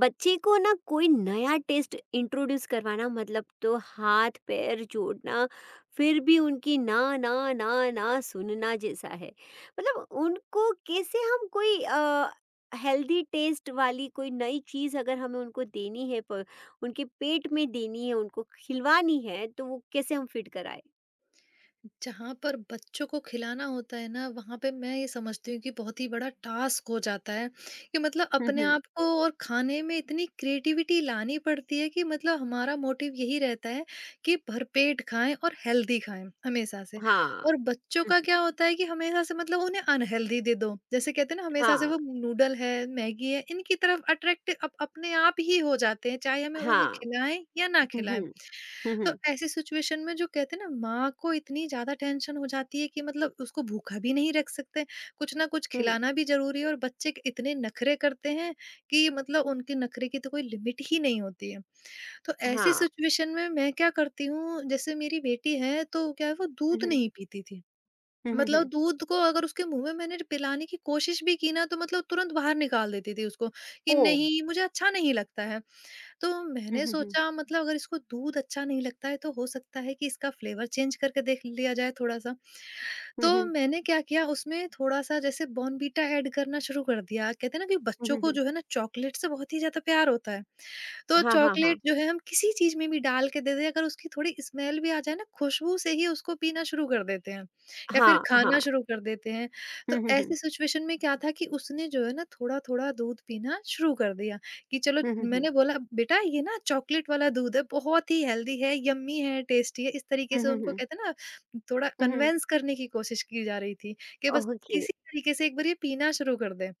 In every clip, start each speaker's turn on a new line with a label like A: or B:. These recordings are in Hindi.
A: बच्चे को ना कोई नया टेस्ट इंट्रोड्यूस करवाना मतलब तो हाथ पैर जोड़ना फिर भी उनकी ना ना ना ना सुनना जैसा है। मतलब उनको कैसे हम कोई हेल्दी टेस्ट वाली कोई नई चीज़ अगर हमें उनको देनी है उनके पेट में देनी है, उनको खिलवानी है, तो वो कैसे हम फिट कराए।
B: जहाँ पर बच्चों को खिलाना होता है ना, वहाँ पे मैं ये समझती हूँ कि बहुत ही बड़ा टास्क हो जाता है, कि मतलब
A: हम्म,
B: अपने
A: हम्म।
B: आप को और खाने में इतनी क्रिएटिविटी लानी पड़ती है कि मतलब हमारा मोटिव यही रहता है कि भरपेट खाएँ और हेल्दी खाएँ, हमेशा से।
A: हाँ।
B: और बच्चों का
A: हम्म,
B: क्या होता है कि हमेशा से मतलब उन्हें अनहेल्दी दे दो। जैसे कहते हैं ना हमेशा से
A: हाँ।
B: वो नूडल है, मैगी है, इनकी तरफ अट्रैक्ट अप अपने आप ही हो जाते हैं, चाहे हमें
A: हाँ।
B: उन्हें खिलाएँ या ना
A: हम्म।
B: खिलाएँ।
A: हम्म।
B: तो ऐसी सिचुएशन में जो कहते हैं ना माँ को इतनी ज़्यादा टेंशन हो जाती है कि मतलब उसको भूखा भी नहीं रख सकते, कुछ ना कुछ
A: हम्म।
B: खिलाना भी ज़रूरी है और बच्चे के इतने नखरे करते हैं कि मतलब उनके नखरे की तो कोई लिमिट ही नहीं होती है। तो ऐसी
A: हाँ।
B: सिचुएशन में मैं क्या करती हूँ जैसे मेरी बेटी है तो क्या है, वो दूध
A: हम्म।
B: नहीं पीती थी। मतलब
A: हम्म।
B: दूध को अगर उसके मुँह में मैंने पिलाने की कोशिश भी की ना तो मतलब तुरंत बाहर निकाल देती थी उसको, कि
A: ओ।
B: नहीं मुझे अच्छा नहीं लगता है। तो मैंने
A: हम्म।
B: सोचा मतलब अगर इसको दूध अच्छा नहीं लगता है तो हो सकता है कि इसका फ्लेवर चेंज करके देख लिया जाए थोड़ा सा। तो
A: हम्म।
B: मैंने क्या किया, उसमें थोड़ा-सा जैसे बॉर्नवीटा ऐड करना शुरू कर दिया। कहते हैं ना कि बच्चों को
A: हम्म।
B: जो है ना चॉकलेट से बहुत ही ज़्यादा प्यार होता है। तो
A: हाँ, हाँ, हाँ।
B: चॉकलेट जो है हम किसी चीज़ में भी डाल के दे दें, अगर उसकी थोड़ी स्मेल भी आ जाए ना, खुशबू से ही उसको पीना शुरू कर देते हैं या फिर
A: हाँ,
B: खाना
A: हाँ।
B: शुरू कर देते हैं। तो
A: हुँ, हुँ, हुँ।
B: ऐसी सिचुएशन में क्या था कि उसने जो है ना थोड़ा-थोड़ा दूध पीना शुरू कर दिया, कि चलो।
A: हुँ, हुँ, हुँ।
B: मैंने बोला बेटा ये ना चॉकलेट वाला दूध है, बहुत ही हेल्दी है, यम्मी है, टेस्टी है। इस तरीके
A: हुँ,
B: से
A: हुँ,
B: उनको
A: हुँ।
B: कहते हैं ना, थोड़ा
A: हुँ, हुँ।
B: कन्विंस करने की कोशिश की जा रही थी कि बस
A: ओके।
B: किसी तरीके से एक बार ये पीना शुरू कर दें।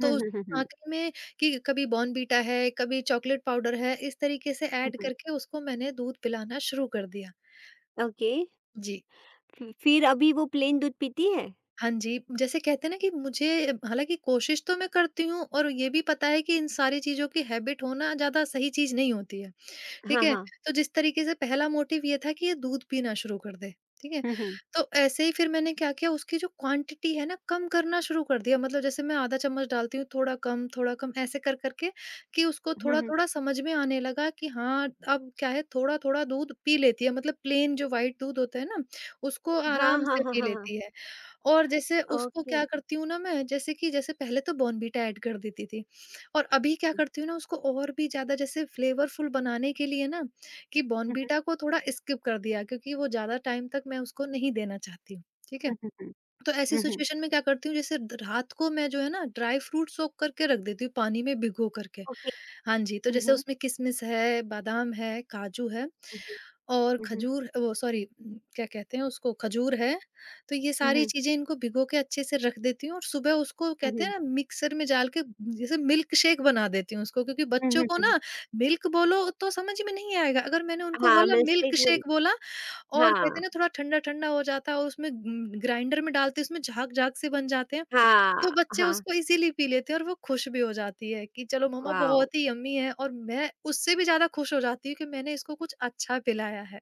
B: तो
A: हुँ,
B: उस,
A: हुँ, हुँ, हुँ।
B: वाक़ई में, कि कभी बॉर्नवीटा है, कभी चॉकलेट पाउडर है, इस तरीके से
A: हुँ,
B: ऐड
A: हुँ।
B: करके उसको मैंने दूध पिलाना शुरू कर दिया।
A: ओके।
B: जी।
A: फि फिर अभी वो प्लेन दूध पीती है?
B: हाँ जी, जैसे कहते हैं ना कि मुझे, हालाँकि कोशिश तो मैं करती हूँ और ये भी पता है कि इन सारी चीज़ों की हैबिट होना ज़्यादा सही चीज़ नहीं होती है।
A: हाँ,
B: ठीक है?
A: हाँ।
B: तो जिस तरीके से पहला मोटिव ये था कि ये दूध पीना शुरू कर दे, ठीक है?
A: हुँ, हुँ।
B: तो ऐसे ही फिर मैंने क्या किया, उसकी जो क्वांटिटी है ना कम करना शुरू कर दिया, मतलब जैसे मैं आधा चम्मच डालती हूँ, थोड़ा कम, थोड़ा कम, ऐसे कर कर के कि उसको
A: हुँ, हुँ।
B: थोड़ा-थोड़ा समझ में आने लगा कि हाँ, अब क्या है थोड़ा-थोड़ा दूध पी लेती है, मतलब प्लेन जो व्हाइट दूध होता है ना, उसको
A: हाँ,
B: आराम
A: हाँ,
B: से
A: हाँ,
B: पी
A: हाँ, हाँ।
B: लेती है। और जैसे उसको
A: ओके।
B: क्या करती हूँ ना मैं, जैसे कि जैसे पहले तो बॉर्नवीटा ऐड कर देती थी, और अभी क्या
A: हुँ,
B: करती हूँ ना, उसको और भी ज़्यादा जैसे फ्लेवरफुल बनाने के लिए ना, कि
A: हुँ,
B: बॉर्नवीटा को थोड़ा स्किप कर दिया क्योंकि वो ज़्यादा टाइम तक मैं उसको नहीं देना चाहती हूँ, ठीक है?
A: हुँ, हुँ, हुँ,
B: तो ऐसी
A: हुँ, हुँ।
B: सिचुएशन में क्या करती हूँ, जैसे रात को मैं जो है ना ड्राई फ्रूट सोक करके रख देती हूँ, पानी में भिगो करके।
A: ओके।
B: हाँ जी, तो
A: हुँ,
B: जैसे
A: हुँ।
B: उसमें किशमिश है, बादाम है, काजू है,
A: हुँ,
B: और
A: हुँ, हुँ,
B: खजूर, वो, सॉरी, क्या कहते हैं उसको, खजूर है। तो ये
A: हुँ, हुँ,
B: सारी
A: हुँ,
B: चीजें इनको भिगो के अच्छे से रख देती हूँ और सुबह उसको कहते
A: हुँ,
B: हैं ना मिक्सर में डाल के जैसे मिल्क शेक बना देती हूँ उसको, क्योंकि
A: हुँ,
B: बच्चों
A: हुँ,
B: को
A: हुँ।
B: ना मिल्क बोलो तो समझ में नहीं आएगा, अगर मैंने उनको
A: हाँ,
B: बोला
A: मिल्क
B: मिल्क
A: शेक बोल।
B: शेक बोला। और कहते
A: हाँ,
B: हैं ना थोड़ा ठंडा-ठंडा हो जाता है और उसमें ग्राइंडर में डालते हैं, उसमें झाग-झाग से बन जाते हैं,
A: हाँ,
B: तो बच्चे
A: हाँ।
B: उसको इज़िली पी लेते हैं और वो खुश भी हो जाती है कि चलो मम्मा
A: वाव!
B: बहुत ही यम्मी है, और मैं उससे भी ज़्यादा खुश हो जाती हूँ कि मैंने इसको कुछ अच्छा पिलाया है।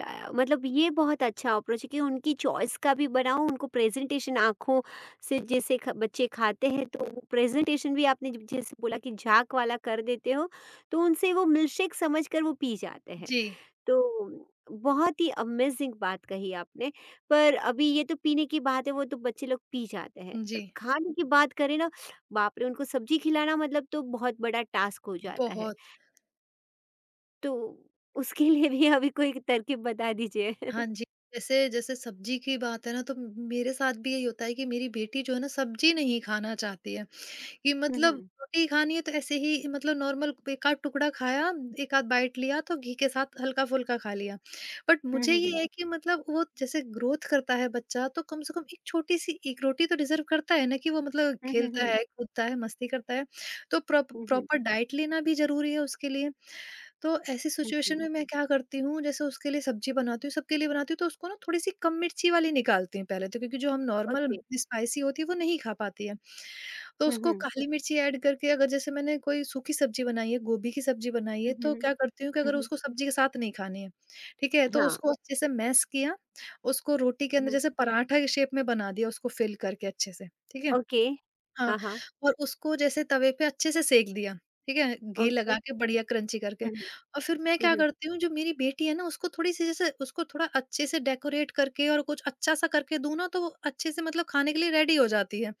A: मतलब ये बहुत अच्छा अप्रोच है कि उनकी चॉइस का भी बनाओ, उनको प्रेजेंटेशन आँखों से जैसे ख बच्चे खाते हैं तो वो प्रेजेंटेशन भी आपने ज जैसे बोला कि झाग वाला कर देते हो, तो उनसे वो मिल्कशेक समझकर वो पी जाते हैं।
B: जी।
A: तो बहुत ही अमेज़िंग बात कही आपने, पर अभी ये तो पीने की बात है वो तो बच्चे लोग पी जाते हैं,
B: जी।
A: पर खाने की बात करें ना, बाप रे! उनको सब्ज़ी खिलाना मतलब तो बहुत बड़ा टास्क हो जाता है।
B: बहुत।
A: तो उसके लिए भी अभी कोई तरकीब बता दीजिए?
B: हाँ जी, जैसे जैसे सब्ज़ी की बात है ना, तो मेरे साथ भी यही होता है कि मेरी बेटी जो है ना सब्ज़ी नहीं खाना चाहती है। कि मतलब
A: हम्म।
B: रोटी खानी है तो ऐसे ही, मतलब नॉर्मल एक आध टुकड़ा खाया, एक आध बाइट लिया तो घी के साथ हल्का-फुल्का खा लिया। बट
A: हुँ,
B: मुझे
A: हुँ,
B: ये
A: हुँ।
B: है कि मतलब वो जैसे ग्रोथ करता है बच्चा तो कम से कम एक छोटी-सी एक रोटी तो डिज़र्व करता है ना, कि वो मतलब
A: हुँ, हुँ,
B: खेलता
A: हुँ।
B: है, कूदता है, मस्ती करता है। तो प्रॉप
A: हुँ, हुँ।
B: प्रॉपर डाइट लेना भी ज़रूरी है उसके लिए। तो ऐसी
A: हुँ,
B: सिचुएशन
A: हुँ।
B: में मैं क्या करती हूँ, जैसे उसके लिए सब्ज़ी बनाती हूँ, सबके लिए बनाती हूँ, तो उसको ना थोड़ी-सी कम मिर्ची वाली निकालती हूँ पहले तो, क्योंकि जो हम नॉर्मल
A: ओके।
B: स्पाइसी होती है वो नहीं खा पाती है। तो
A: हुँ,
B: उसको
A: हुँ।
B: काली मिर्ची ऐड करके, अगर जैसे मैंने कोई सूखी सब्जी बनाई है, गोभी की सब्जी बनाई है,
A: हुँ, हुँ,
B: तो
A: हुँ।
B: क्या करती हूँ कि
A: हुँ,
B: अगर
A: हुँ।
B: उसको सब्जी के साथ नहीं खानी है, ठीक है? तो
A: हाँ।
B: उसको अच्छे से मैश किया, उसको रोटी के अंदर
A: हुँ।
B: जैसे पराठा के शेप में बना दिया, उसको फिल करके अच्छे से, ठीक है?
A: ओके।
B: हाँ,
A: हाँ, हाँ।
B: और उसको जैसे तवे पे अच्छे से सेंक दिया, ठीक है? घी
A: ओके।
B: लगा के बढ़िया क्रंची करके।
A: हुँ, हुँ।
B: और फिर मैं
A: हुँ,
B: क्या
A: हुँ।
B: करती हूँ, जो मेरी बेटी है ना, उसको थोड़ी-सी, जैसे उसको थोड़ा अच्छे से डेकोरेट करके और कुछ अच्छा-सा करके दूँ ना, तो वो अच्छे से मतलब खाने के लिए रेडी हो जाती है।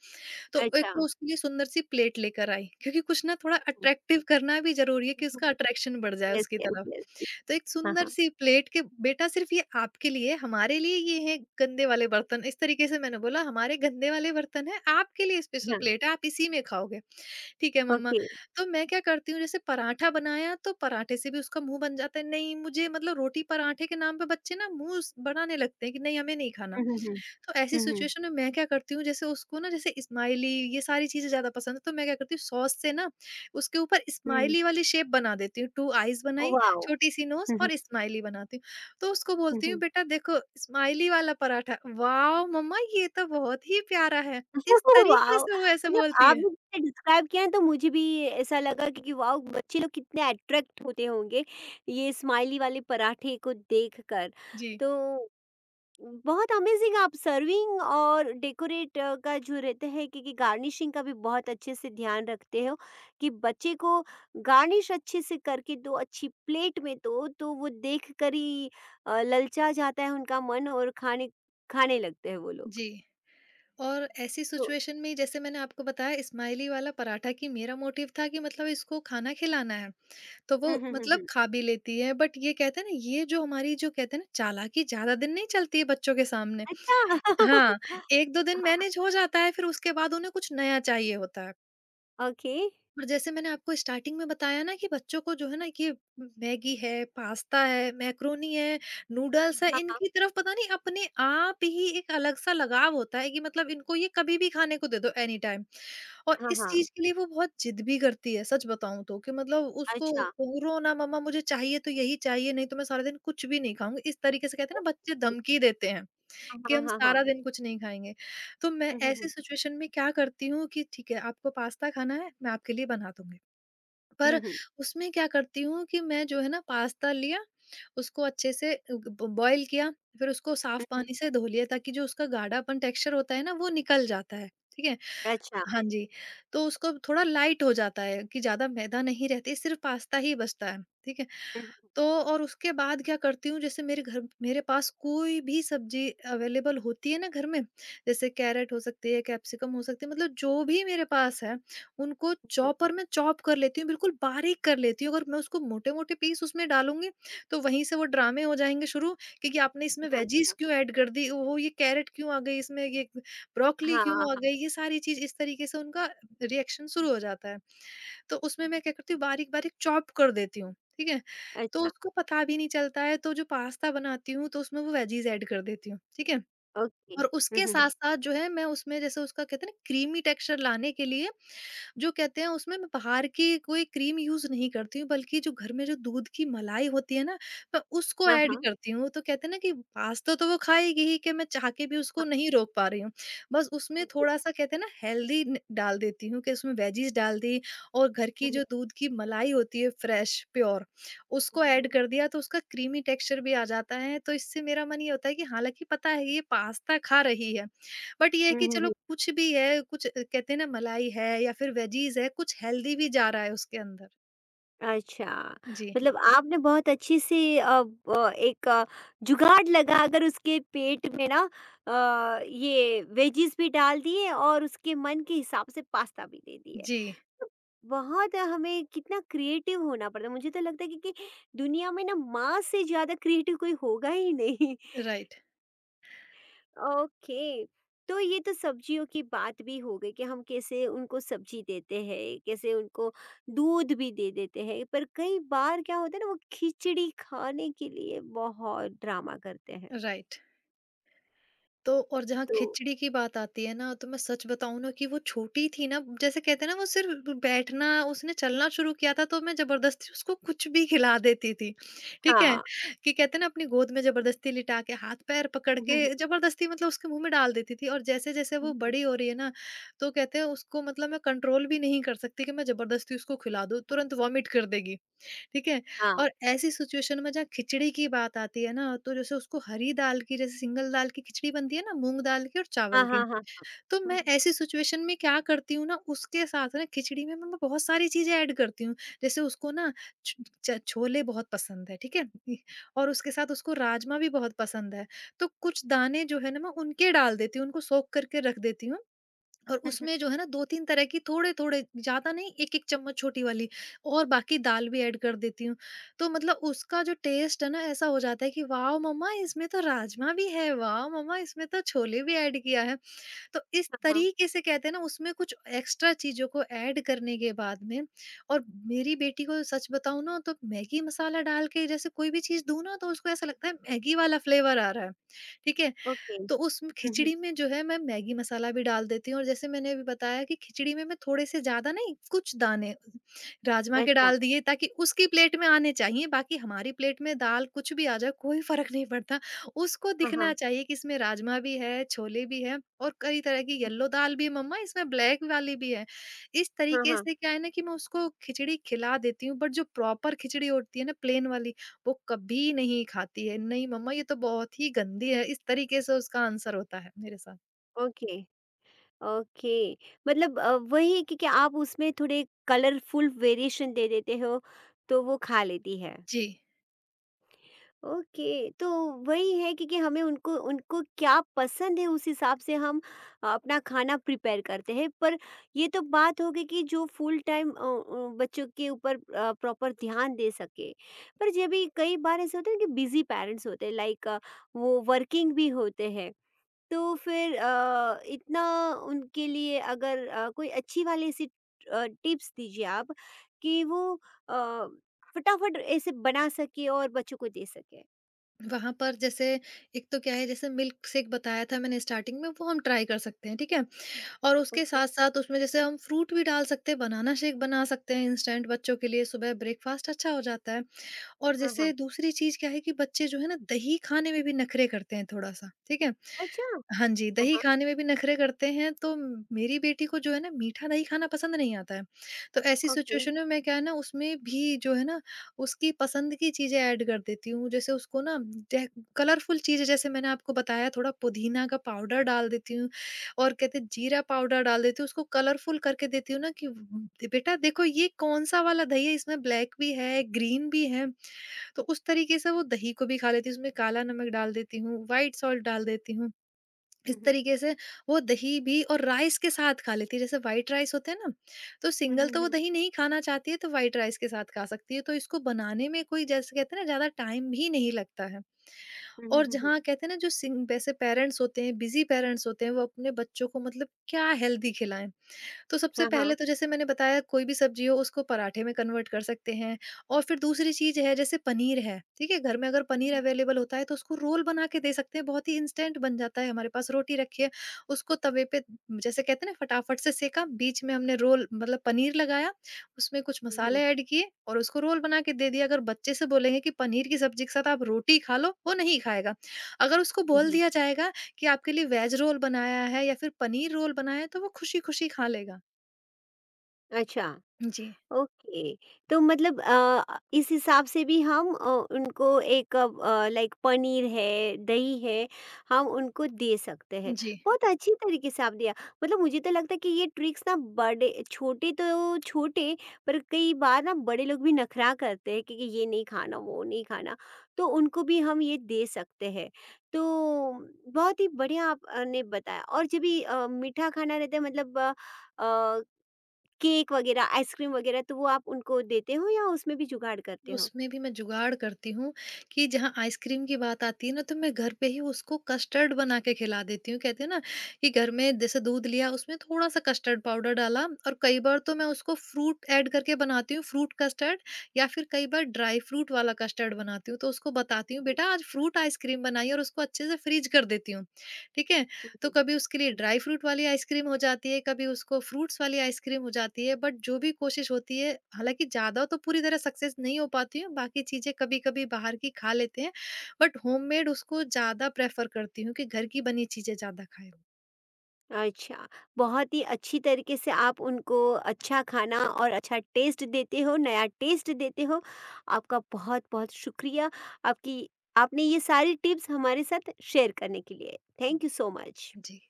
B: तो एक
A: अच्छा।
B: तो
A: हुँ,
B: उसके लिए सुंदर सी प्लेट लेकर आई, क्योंकि कुछ ना थोड़ा अट्रैक्टिव करना भी ज़रूरी है
A: हुँ,
B: कि
A: हुँ।
B: उसका अट्रैक्शन बढ़ जाए
A: यस,
B: उसकी
A: यस,
B: तरफ।
A: यस।
B: तो एक
A: हाँ,
B: सुंदर
A: हाँ।
B: सी प्लेट, कि बेटा सिर्फ़ ये आपके लिए है, हमारे लिए ये है गंदे वाले बर्तन। इस तरीके से मैंने बोला, हमारे गंदे वाले बर्तन हैं, आपके लिए स्पेशल
A: हाँ।
B: प्लेट है, आप इसी में खाओगे। ठीक है मम्मा।
A: ओके।
B: तो मैं क्या करती हूँ, जैसे पराठा बनाया तो पराठे से भी उसका मुँह बन जाता है, नहीं मुझे, मतलब रोटी पराठे के नाम पे बच्चे ना मुँह स बनाने लगते हैं कि नहीं हमें नहीं खाना।
A: हुँ, हुँ, हुँ।
B: तो ऐसी
A: हुँ, हुँ।
B: सिचुएशन में मैं क्या करती हूँ, जैसे उसको ना, जैसे स्माइली, ये सारी चीजें ज्यादा पसंद है, तो मैं क्या करती हूँ सॉस से ना उसके ऊपर
A: हुँ।
B: स्माइली वाली शेप बना देती हूँ। टू आईज बनाई,
A: वॉव!
B: छोटी सी नोज
A: हुँ, हुँ।
B: और स्माइली बनाती हूँ। तो उसको
A: हुँ,
B: बोलती हूँ
A: हुँ।
B: बेटा देखो स्माइली वाला पराठा। वाह मम्मा ये तो बहुत ही प्यारा है,
A: वॉव!
B: इस तरीके से वो ऐसे
A: मतलब
B: बोलती है।
A: आपने जितना डिस्क्राइब किया ना तो मुझे भी ऐसा लगा कि वॉव! बच्चे लोग कितने अट्रैक्ट होते होंगे, ये स्माइली वाले पराठे को देखकर।
B: जी।
A: तो बहुत अमेजिंग आप सर्विंग और डेकोरेट का जो रहता है, क्योंकि गार्निशिंग का भी बहुत अच्छे से ध्यान रखते हो कि बच्चे को गार्निश अच्छे से करके दो, अच्छी प्लेट में दो, तो वो देख कर ही ललचा जाता है उनका मन और खाने खाने लगते हैं वो लोग।
B: जी। और ऐसी
A: तो
B: सिचुएशन में जैसे मैंने आपको बताया स्माइली वाला पराठा, कि मेरा मोटिव था कि मतलब इसको खाना खिलाना है, तो वो
A: हम्म, हम्म, हम्म,
B: मतलब
A: हम्म।
B: खा भी लेती है। बट ये कहते हैं ना, ये जो हमारी जो कहते हैं ना चालाकी ज़्यादा दिन नहीं चलती है बच्चों के सामने।
A: अच्छा।
B: हाँ,
A: हाँ,
B: 1-2 दिन
A: हाँ।
B: मैनेज हो जाता है, फिर उसके बाद उन्हें कुछ नया चाहिए होता है।
A: ओके।
B: और जैसे मैंने आपको स्टार्टिंग में बताया ना कि बच्चों को जो है ना, ये मैगी है, पास्ता है, मैक्रोनी है, नूडल्स है,
A: हाँ, हाँ,
B: इनकी तरफ पता नहीं अपने आप ही एक अलग-सा लगाव होता है, कि मतलब इनको ये कभी भी खाने को दे दो एनी टाइम। और
A: हाँ।
B: इस
A: हाँ,
B: चीज़ के लिए वो बहुत जिद भी करती है, सच बताऊँ तो, कि मतलब उसको,
A: अच्छा।
B: घूरो ना मम्मा, मुझे चाहिए तो यही चाहिए, नहीं तो मैं सारा दिन कुछ भी नहीं खाऊँगी। इस तरीके से कहते
A: ओ,
B: हैं ना बच्चे धमकी देते हैं।
A: हाँ,
B: कि हम
A: हाँ, हाँ।
B: सारा दिन कुछ नहीं खाएँगे। तो मैं
A: हम्म,
B: ऐसी
A: हम्म,
B: सिचुएशन में क्या करती हूँ, कि ठीक है, आपको पास्ता खाना है, मैं आपके लिए बना दूँगी। पर
A: हम्म।
B: उसमें क्या करती हूँ कि मैं जो है ना पास्ता लिया, उसको अच्छे से ब बॉयल किया, फिर उसको साफ
A: हम्म।
B: पानी से धो लिया ताकि जो उसका गाढ़ापन, टेक्सचर होता है ना, वो निकल जाता है, ठीक है?
A: अच्छा।
B: हाँ जी, तो उसको थोड़ा लाइट हो जाता है, कि ज़्यादा मैदा नहीं रहती, सिर्फ़ पास्ता ही बचता है, ठीक है?
A: हम्म, हम्म,
B: तो, और उसके बाद क्या करती हूँ, जैसे मेरे घर, मेरे पास कोई भी सब्ज़ी अवेलेबल होती है ना घर में, जैसे कैरट हो सकती है, कैप्सिकम हो सकती है, मतलब जो भी मेरे पास है, उनको
A: हम्म।
B: चॉपर में चॉप कर लेती हूँ, बिल्कुल बारीक कर लेती हूँ। अगर मैं उसको मोटे-मोटे पीस उसमें डालूँगी, तो वहीं से वो ड्रामे हो जाएँगे शुरू, कि आपने इसमें
A: अच्छा।
B: वेजीज़ क्यों ऐड कर दी? ओहो! ये कैरट क्यों आ गई इसमें? ये ब्रोकली
A: हाँ, हाँ।
B: क्यों आ गई? ये सारी चीज़ इस तरीके से उनका रिएक्शन शुरू हो जाता है। तो उसमें मैं क्या करती हूँ बारीक-बारीक चॉप कर देती हूँ, ठीक है? तो
A: अच्छा।
B: उसको पता भी नहीं चलता है, तो जो पास्ता बनाती हूँ, तो उसमें वो वेजीज़ ऐड कर देती हूँ, ठीक है?
A: ओके।
B: और
A: हुँ,
B: उसके
A: हुँ, हुँ।
B: साथ-साथ जो है, मैं उसमें जैसे उसका कहते हैं ना क्रीमी टेक्सचर लाने के लिए जो कहते हैं उसमें मैं बाहर की कोई क्रीम यूज़ नहीं करती हूँ, बल्कि जो घर में जो दूध की मलाई होती है ना, मैं उसको
A: हाँ,
B: ऐड
A: हाँ।
B: करती हूँ। तो कहते हैं ना कि पास्ता तो वो खाएगी ही, कि मैं चाह के भी उसको नहीं रोक पा रही हूँ। बस उसमें
A: ओके।
B: थोड़ा-सा कहते हैं ना हेल्दी न डाल देती हूँ, कि उसमें वेजीज़ डाल दी, और घर
A: हुँ,
B: की
A: हुँ,
B: जो दूध की मलाई होती है फ्रेश प्योर, उसको
A: हुँ,
B: ऐड
A: हुँ,
B: कर दिया, तो उसका क्रीमी टेक्सचर भी आ जाता है। तो इससे मेरा मन ये होता है कि हालाँकि पता है ये पास्ता खा रही है, बट ये है
A: हुँ,
B: कि
A: हुँ, हुँ,
B: चलो
A: हुँ।
B: कुछ भी है, कुछ कहते हैं ना मलाई है या फिर वेजीज़ है, कुछ हेल्दी भी जा रहा है उसके अंदर।
A: अच्छा,
B: जी,
A: मतलब आपने बहुत अच्छी सी ब एक अ, जुगाड़ लगाकर उसके पेट में ना ये वेजीज़ भी डाल दिए और उसके मन के हिसाब से पास्ता भी दे दिए।
B: जी।
A: तो बहुत हमें कितना क्रिएटिव होना पड़ता है। मुझे तो लगता है कि दुनिया में ना माँ से ज़्यादा क्रिएटिव कोई होगा ही नहीं।
B: Right,
A: okay. तो ये तो सब्जियों की बात भी हो गई कि हम कैसे उनको सब्जी देते हैं, कैसे उनको दूध भी दे देते हैं, पर कई बार क्या होता है ना वो खिचड़ी खाने के लिए बहुत ड्रामा करते हैं।
B: राइट। तो और जहाँ
A: तो
B: खिचड़ी की बात आती है ना, तो मैं सच बताऊं ना कि वो छोटी थी ना, जैसे कहते हैं ना वो सिर्फ बैठना उसने चलना शुरू किया था, तो मैं जबरदस्ती उसको कुछ भी खिला देती थी, ठीक है
A: हाँ।
B: कि कहते हैं ना अपनी गोद में जबरदस्ती लिटा के हाथ पैर पकड़ के जबरदस्ती मतलब उसके मुंह में डाल देती थी। और जैसे जैसे वो बड़ी हो रही है ना, तो कहते हैं उसको मतलब मैं कंट्रोल भी नहीं कर सकती कि मैं जबरदस्ती उसको खिला दूं, तुरंत वॉमिट कर देगी, ठीक है?
A: हाँ,
B: और ऐसी सिचुएशन में जहाँ खिचड़ी की बात आती है ना, तो जैसे उसको हरी दाल की, जैसे सिंगल दाल की खिचड़ी बनती है ना, मूँग दाल की और
A: हाँ,
B: चावल की।
A: हाँ। हाँ।
B: तो मैं ऐसी सिचुएशन में क्या करती हूँ ना, उसके साथ ना खिचड़ी में मैं बहुत सारी चीज़ें ऐड करती हूँ। जैसे उसको ना छ छ छोले बहुत पसंद है, ठीक है? इ- और उसके साथ उसको राजमा भी बहुत पसंद है। तो कुछ दाने जो है ना, मैं उनके डाल देती हूँ, उनको सोक करके रख देती हूँ। और उसमें जो है ना 2-3 तरह की, थोड़े-थोड़े, ज़्यादा नहीं, 1-1 चम्मच छोटी वाली, और बाकी दाल भी ऐड कर देती हूँ। तो मतलब उसका जो टेस्ट है ना ऐसा हो जाता है कि "वाओ मम्मा, इसमें तो राजमा भी है, वाओ मम्मा, इसमें तो छोले भी ऐड किया है।" तो इस
A: हाँ, हाँ।
B: तरीके से कहते हैं ना उसमें कुछ एक्स्ट्रा चीज़ों को ऐड करने के बाद में। और मेरी बेटी को सच बताऊँ ना, तो मैगी मसाला डाल के जैसे कोई भी चीज़ दूँ ना, तो उसको ऐसा लगता है मैगी वाला फ्लेवर आ रहा है, ठीक है?
A: ओके।
B: तो उस खिचड़ी में जो है मैं मैगी मसाला भी डाल देती हूँ, और जैसे मैंने अभी बताया कि खिचड़ी में मैं थोड़े से, ज़्यादा नहीं कुछ दाने राजमा के
A: अच्छा।
B: डाल दिए, ताकि उसकी प्लेट में आने चाहिए, बाकी हमारी प्लेट में दाल कुछ भी आ जाए कोई फ़र्क नहीं पड़ता। उसको
A: हाँ, हाँ,
B: दिखना चाहिए कि इसमें राजमा भी है, छोले भी हैं, और कई तरह की येलो दाल भी है, मम्मा इसमें ब्लैक वाली भी है। इस
A: हाँ,
B: तरीके
A: हाँ।
B: से क्या है ना कि मैं उसको खिचड़ी खिला देती हूँ, बट जो प्रॉपर खिचड़ी होती है ना प्लेन वाली, वो कभी नहीं खाती है, "नहीं मम्मा, ये तो बहुत ही गंदी है।" इस तरीके से उसका आंसर होता है मेरे साथ।
A: ओके। ओके, मतलब वही है कि आप उसमें थोड़े कलरफुल वेरिएशन दे देते हो तो वो खा लेती है।
B: जी।
A: ओके। तो वही है कि हमें उनको उनको क्या पसंद है उस हिसाब से हम अपना खाना प्रिपेयर करते हैं, पर ये तो बात हो गई कि जो फुल टाइम बच्चों के ऊपर प्रॉपर ध्यान दे सके, पर जब भी कई बार ऐसे होते हैं कि बिजी पेरेंट्स होते हैं, लाइक वो वर्किंग भी होते हैं, तो फिर इतना उनके लिए अगर कोई अच्छी वाली ऐसी टिप्स दीजिए आप कि वो अ, फटाफट ऐसे बना सके और बच्चों को दे सके।
B: वहाँ पर जैसे एक तो क्या है, जैसे मिल्क शेक बताया था मैंने स्टार्टिंग में, वो हम ट्राई कर सकते हैं, ठीक है? और उसके
A: ओके,
B: साथ-साथ उसमें जैसे हम फ्रूट भी डाल सकते हैं, बनाना शेक बना सकते हैं, इंस्टेंट बच्चों के लिए सुबह ब्रेकफास्ट अच्छा हो जाता है। और
A: हाँ,
B: जैसे
A: हाँ।
B: दूसरी चीज़ क्या है कि बच्चे जो है ना दही खाने में भी नखरे करते हैं थोड़ा-सा, ठीक है?
A: अच्छा!
B: हाँ जी,
A: अ,
B: दही
A: हाँ,
B: खाने में भी नखरे करते हैं, तो मेरी बेटी को जो है ना मीठा दही खाना पसंद नहीं आता है। तो ऐसी
A: ओके।
B: सिचुएशन में मैं क्या है ना उसमें भी जो है ना उसकी पसंद की चीज़ें ऐड कर देती हूँ। जैसे उसको ना डे कलरफुल चीज़ें, जैसे मैंने आपको बताया थोड़ा पुदीना का पाउडर डाल देती हूँ, और कहते हैं जीरा पाउडर डाल देती हूँ, उसको कलरफुल करके देती हूँ ना कि बेटा देखो ये कौन-सा वाला दही है, इसमें ब्लैक भी है, ग्रीन भी है।" तो उस तरीके से वो दही को भी खा लेती है, उसमें काला नमक डाल देती हूँ, व्हाइट सॉल्ट डाल
A: हुँ,
B: देती हूँ। इस
A: हुँ,
B: तरीके से वो दही भी और राइस के साथ खा लेती है, जैसे व्हाइट राइस होते हैं ना, तो
A: हुँ,
B: सिंगल
A: हुँ,
B: तो
A: हुँ,
B: वो
A: हुँ,
B: दही नहीं खाना चाहती है, तो व्हाइट राइस के साथ खा सकती है, तो इसको बनाने में कोई जैसे कहते हैं ना ज्यादा टाइम भी नहीं लगता है।
A: हुँ, हुँ, हुँ,
B: और
A: हुँ, हुँ।
B: जहाँ कहते हैं ना जो सिंग वैसे पेरेंट्स होते हैं, बिजी पेरेंट्स होते हैं, वो अपने बच्चों को मतलब क्या हेल्दी खिलाएं, तो सबसे
A: हाँ, हाँ।
B: पहले तो जैसे मैंने बताया कोई भी सब्जी हो उसको पराठे में कन्वर्ट कर सकते हैं। और फिर दूसरी चीज है, जैसे पनीर है, ठीक है, घर में अगर
A: हुँ,
B: पनीर
A: हुँ,
B: अवेलेबल होता है, तो उसको रोल बना के दे सकते हैं, बहुत ही इंस्टेंट बन जाता है। हमारे पास रोटी रखी है, उसको तवे पे जैसे कहते हैं ना फटाफट से सेका, बीच में हमने रोल मतलब पनीर लगाया, उसमें कुछ
A: हुँ,
B: मसाले
A: हुँ,
B: ऐड किए और उसको रोल बना के दे दिया। अगर बच्चे से बोलेंगे कि पनीर की सब्जी के साथ आप रोटी खा लो, वो नहीं खाएगा। अगर उसको
A: हुँ,
B: बोल
A: हुँ।
B: दिया जाएगा कि आपके लिए वेज रोल बनाया है या फिर पनीर रोल बनाया है, तो वो खुशी खुशी खा लेगा।
A: अच्छा।
B: जी,
A: ओके। तो मतलब इस हिसाब से भी हम उनको एक, लाइक पनीर है दही है, हम उनको दे सकते हैं।
B: जी।
A: बहुत अच्छी तरीके से आप दिया। मतलब मुझे तो लगता है कि ये ट्रिक्स ना बड़े छोटे तो छोटे, पर कई बार ना बड़े लोग भी नखरा करते हैं कि ये नहीं खाना वो नहीं खाना, तो उनको भी हम ये दे सकते हैं। तो बहुत ही बढ़िया आपने बताया। और जब भी मीठा खाना रहता है मतलब अ, केक वगैरह, आइसक्रीम वगैरह, तो वो आप उनको देते हो या उसमें भी जुगाड़ करते हो?
B: उसमें भी मैं जुगाड़ करती हूँ, कि जहाँ आइसक्रीम की बात आती है ना, तो मैं घर पे ही उसको कस्टर्ड बना के खिला देती हूँ। कहते हैं ना कि घर में जैसे दूध लिया, उसमें थोड़ा-सा कस्टर्ड पाउडर डाला, और कई बार तो मैं उसको फ्रूट ऐड करके बनाती हूँ, फ्रूट कस्टर्ड, या फिर कई बार ड्राई फ्रूट वाला कस्टर्ड बनाती हूँ। तो उसको बताती हूँ, "बेटा, आज फ्रूट आइसक्रीम बनाई" और उसको अच्छे से फ्रीज़ कर देती हूँ, ठीक है?
A: हुँ,
B: तो
A: हुँ,
B: कभी उसके लिए
A: हुँ, हुँ।
B: ड्राई फ्रूट वाली आइसक्रीम हो जाती है, कभी उसको फ्रूट्स वाली आइसक्रीम हो जाती है, बट जो भी कोशिश होती है, हालाँकि ज़्यादा तो पूरी तरह सक्सेस नहीं हो पाती हूँ, बाकी चीज़ें कभी-कभी बाहर की खा लेते हैं, बट होममेड उसको ज़्यादा प्रेफ़र करती हूँ कि घर की बनी चीज़ें ज़्यादा खाएँ।
A: अच्छा, बहुत ही अच्छी तरीके से आप उनको अच्छा खाना और अच्छा टेस्ट देते हो, नया टेस्ट देते हो। आपका बहुत-बहुत शुक्रिया, आपकी आपने ये सारी टिप्स हमारे साथ शेयर करने के लिए। Thank you so much.
B: Ji.